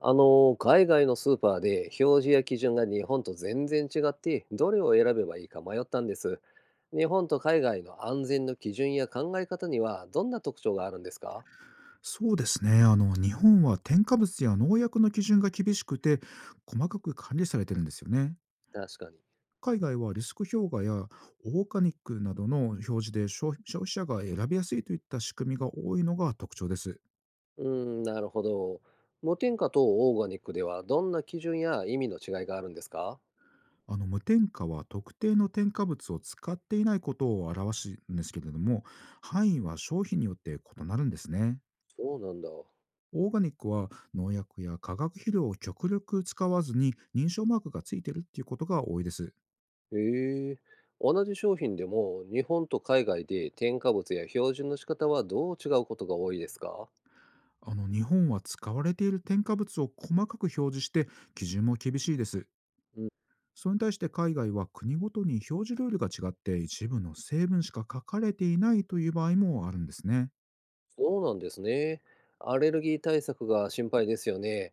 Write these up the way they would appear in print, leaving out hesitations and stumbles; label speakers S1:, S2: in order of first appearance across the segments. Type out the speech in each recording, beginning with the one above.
S1: 海外のスーパーで表示や基準が日本と全然違って、どれを選べばいいか迷ったんです。日本と海外の安全の基準や考え方にはどんな特徴があるんですか？
S2: そうですね。日本は添加物や農薬の基準が厳しくて、細かく管理されてるんですよね。
S1: 確かに。
S2: 海外はリスク評価やオーガニックなどの表示で消費者が選びやすいといった仕組みが多いのが特徴です。
S1: うーん、なるほど。無添加とオーガニックではどんな基準や意味の違いがあるんですか？
S2: 無添加は特定の添加物を使っていないことを表すんですけれども、範囲は商品によって異なるんですね。
S1: そうなんだ。
S2: オーガニックは農薬や化学肥料を極力使わずに認証マークがついているっていうことが多いです。
S1: へえ。同じ商品でも日本と海外で添加物や標準の仕方はどう違うことが多いですか？
S2: 日本は使われている添加物を細かく表示して、基準も厳しいです。それに対して海外は国ごとに表示ルールが違って、一部の成分しか書かれていないという場合もあるんですね。
S1: そうなんですね。アレルギー対策が心配ですよね。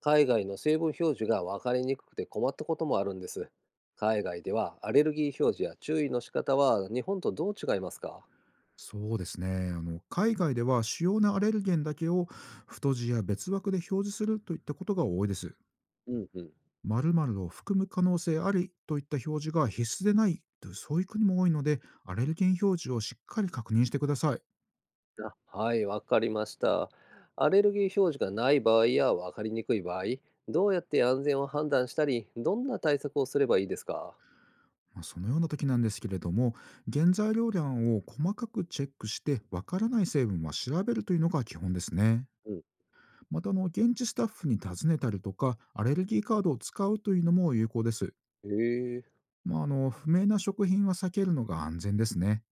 S1: 海外の成分表示が分かりにくくて困ったこともあるんです。海外ではアレルギー表示や注意の仕方は日本とどう違いますか？
S2: そうですね、海外では主要なアレルゲンだけを太字や別枠で表示するといったことが多いです。
S1: うんうん。
S2: 〇〇を含む可能性ありといった表示が必須でないという、そういう国も多いので、アレルゲン表示をしっかり確認してください。
S1: あ、はい、分かりました。アレルギー表示がない場合や分かりにくい場合、どうやって安全を判断したり、どんな対策をすればいいですか？
S2: まあ、そのような時なんですけれども、原材料欄を細かくチェックして、わからない成分は調べるというのが基本ですね。
S1: うん。
S2: また現地スタッフに尋ねたりとか、アレルギーカードを使うというのも有効です。
S1: へえ。
S2: まあ不明な食品は避けるのが安全ですね。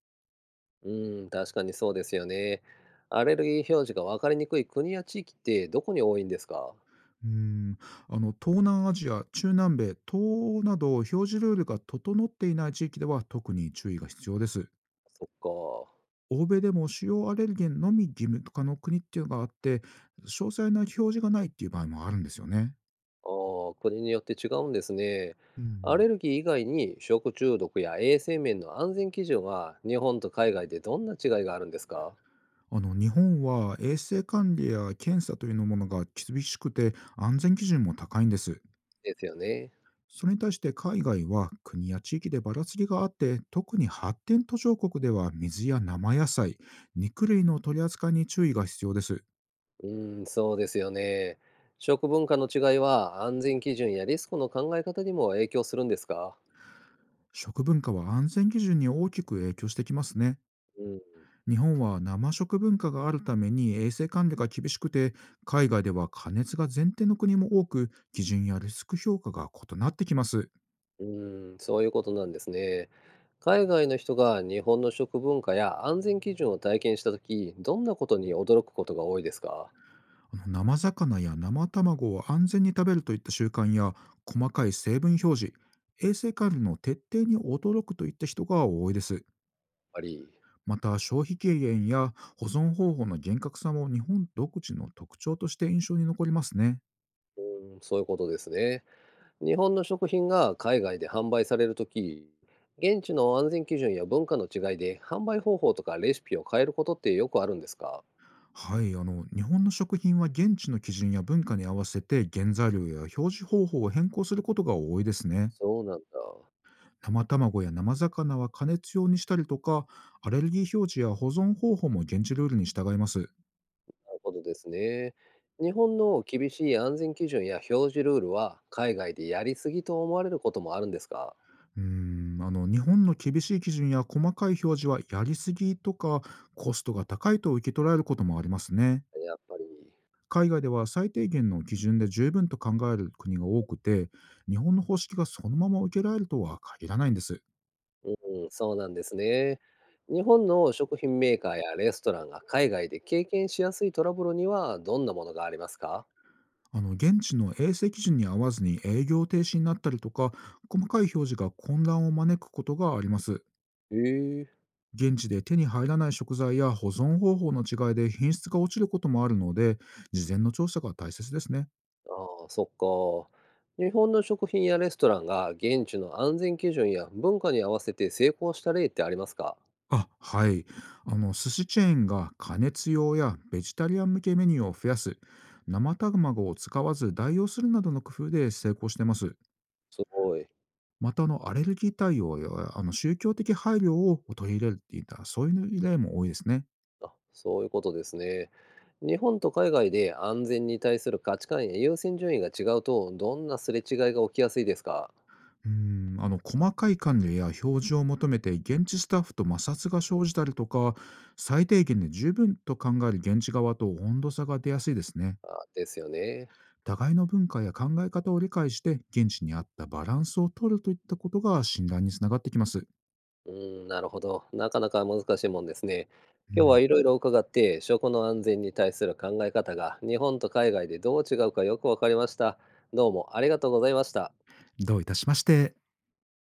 S1: うん、確かにそうですよね。アレルギー表示が分かりにくい国や地域ってどこに多いんですか？
S2: うーん東南アジア、中南米、東欧など表示ルールが整っていない地域では特に注意が必要です。
S1: そっか。
S2: 欧米でも主要アレルゲンのみ義務化の国っていうのがあって、詳細な表示がないっていう場合もあるんですよね。
S1: ああ、国によって違うんですね。
S2: う
S1: ア
S2: ん、
S1: レルギー以外に食中毒や衛生面の安全基準は日本と海外でどんな違いがあるんですか？
S2: 日本は衛生管理や検査というものが厳しくて、安全基準も高いんです。
S1: ですよね。
S2: それに対して海外は国や地域でばらつきがあって、特に発展途上国では水や生野菜、肉類の取り扱いに注意が必要です。
S1: うーん、そうですよね。食文化の違いは安全基準やリスクの考え方にも影響するんですか？
S2: 食文化は安全基準に大きく影響してきますね。
S1: うん。
S2: 日本は生食文化があるために衛生管理が厳しくて、海外では加熱が前提の国も多く、基準やリスク評価が異なってきます。
S1: うーん、そういうことなんですね。海外の人が日本の食文化や安全基準を体験したとき、どんなことに驚くことが多いですか？
S2: 生魚や生卵を安全に食べるといった習慣や、細かい成分表示、衛生管理の徹底に驚くといった人が多いです。
S1: やっぱり、
S2: また消費期限や保存方法の厳格さも日本独自の特徴として印象に残りますね。
S1: うん、そういうことですね。日本の食品が海外で販売されるとき、現地の安全基準や文化の違いで販売方法とかレシピを変えることってよくあるんですか？
S2: はい、日本の食品は現地の基準や文化に合わせて原材料や表示方法を変更することが多いですね。
S1: そうなんだ。
S2: 生卵や生魚は加熱用にしたりとか、アレルギー表示や保存方法も現地ルールに従います。
S1: なるほどですね。日本の厳しい安全基準や表示ルールは海外でやりすぎと思われることもあるんですか？
S2: 日本の厳しい基準や細かい表示はやりすぎとか、コストが高いと受け取られることもありますね。
S1: やっぱり。
S2: 海外では最低限の基準で十分と考える国が多くて、日本の方式がそのまま受けられるとは限らないんです。
S1: うん、そうなんですね。日本の食品メーカーやレストランが海外で経験しやすいトラブルにはどんなものがありますか？
S2: 現地の衛生基準に合わずに営業停止になったりとか、細かい表示が混乱を招くことがあります。
S1: へえ、
S2: 現地で手に入らない食材や保存方法の違いで品質が落ちることもあるので、事前の調査が大切ですね。
S1: ああ、そっか。日本の食品やレストランが現地の安全基準や文化に合わせて成功した例ってありますか？
S2: あ、はい。寿司チェーンが加熱用やベジタリアン向けメニューを増やす、生卵を使わず代用するなどの工夫で成功してます。
S1: すごい。
S2: またアレルギー対応や宗教的配慮を取り入れるっていった、そういう例も多いですね。
S1: あ、そういうことですね。日本と海外で安全に対する価値観や優先順位が違うとどんなすれ違いが起きやすいですか？
S2: 細かい管理や表示を求めて現地スタッフと摩擦が生じたりとか、最低限で十分と考える現地側と温度差が出やすいですね。
S1: あ、ですよね。
S2: 互いの文化や考え方を理解して現地に合ったバランスを取るといったことが診断につながってきます。
S1: うーん、なるほど。なかなか難しいもんですね。
S2: う
S1: 今日
S2: ん、
S1: はいろいろ伺って、食の安全に対する考え方が日本と海外でどう違うかよくわかりました。どうもありがとうございました。
S2: どういたしまして。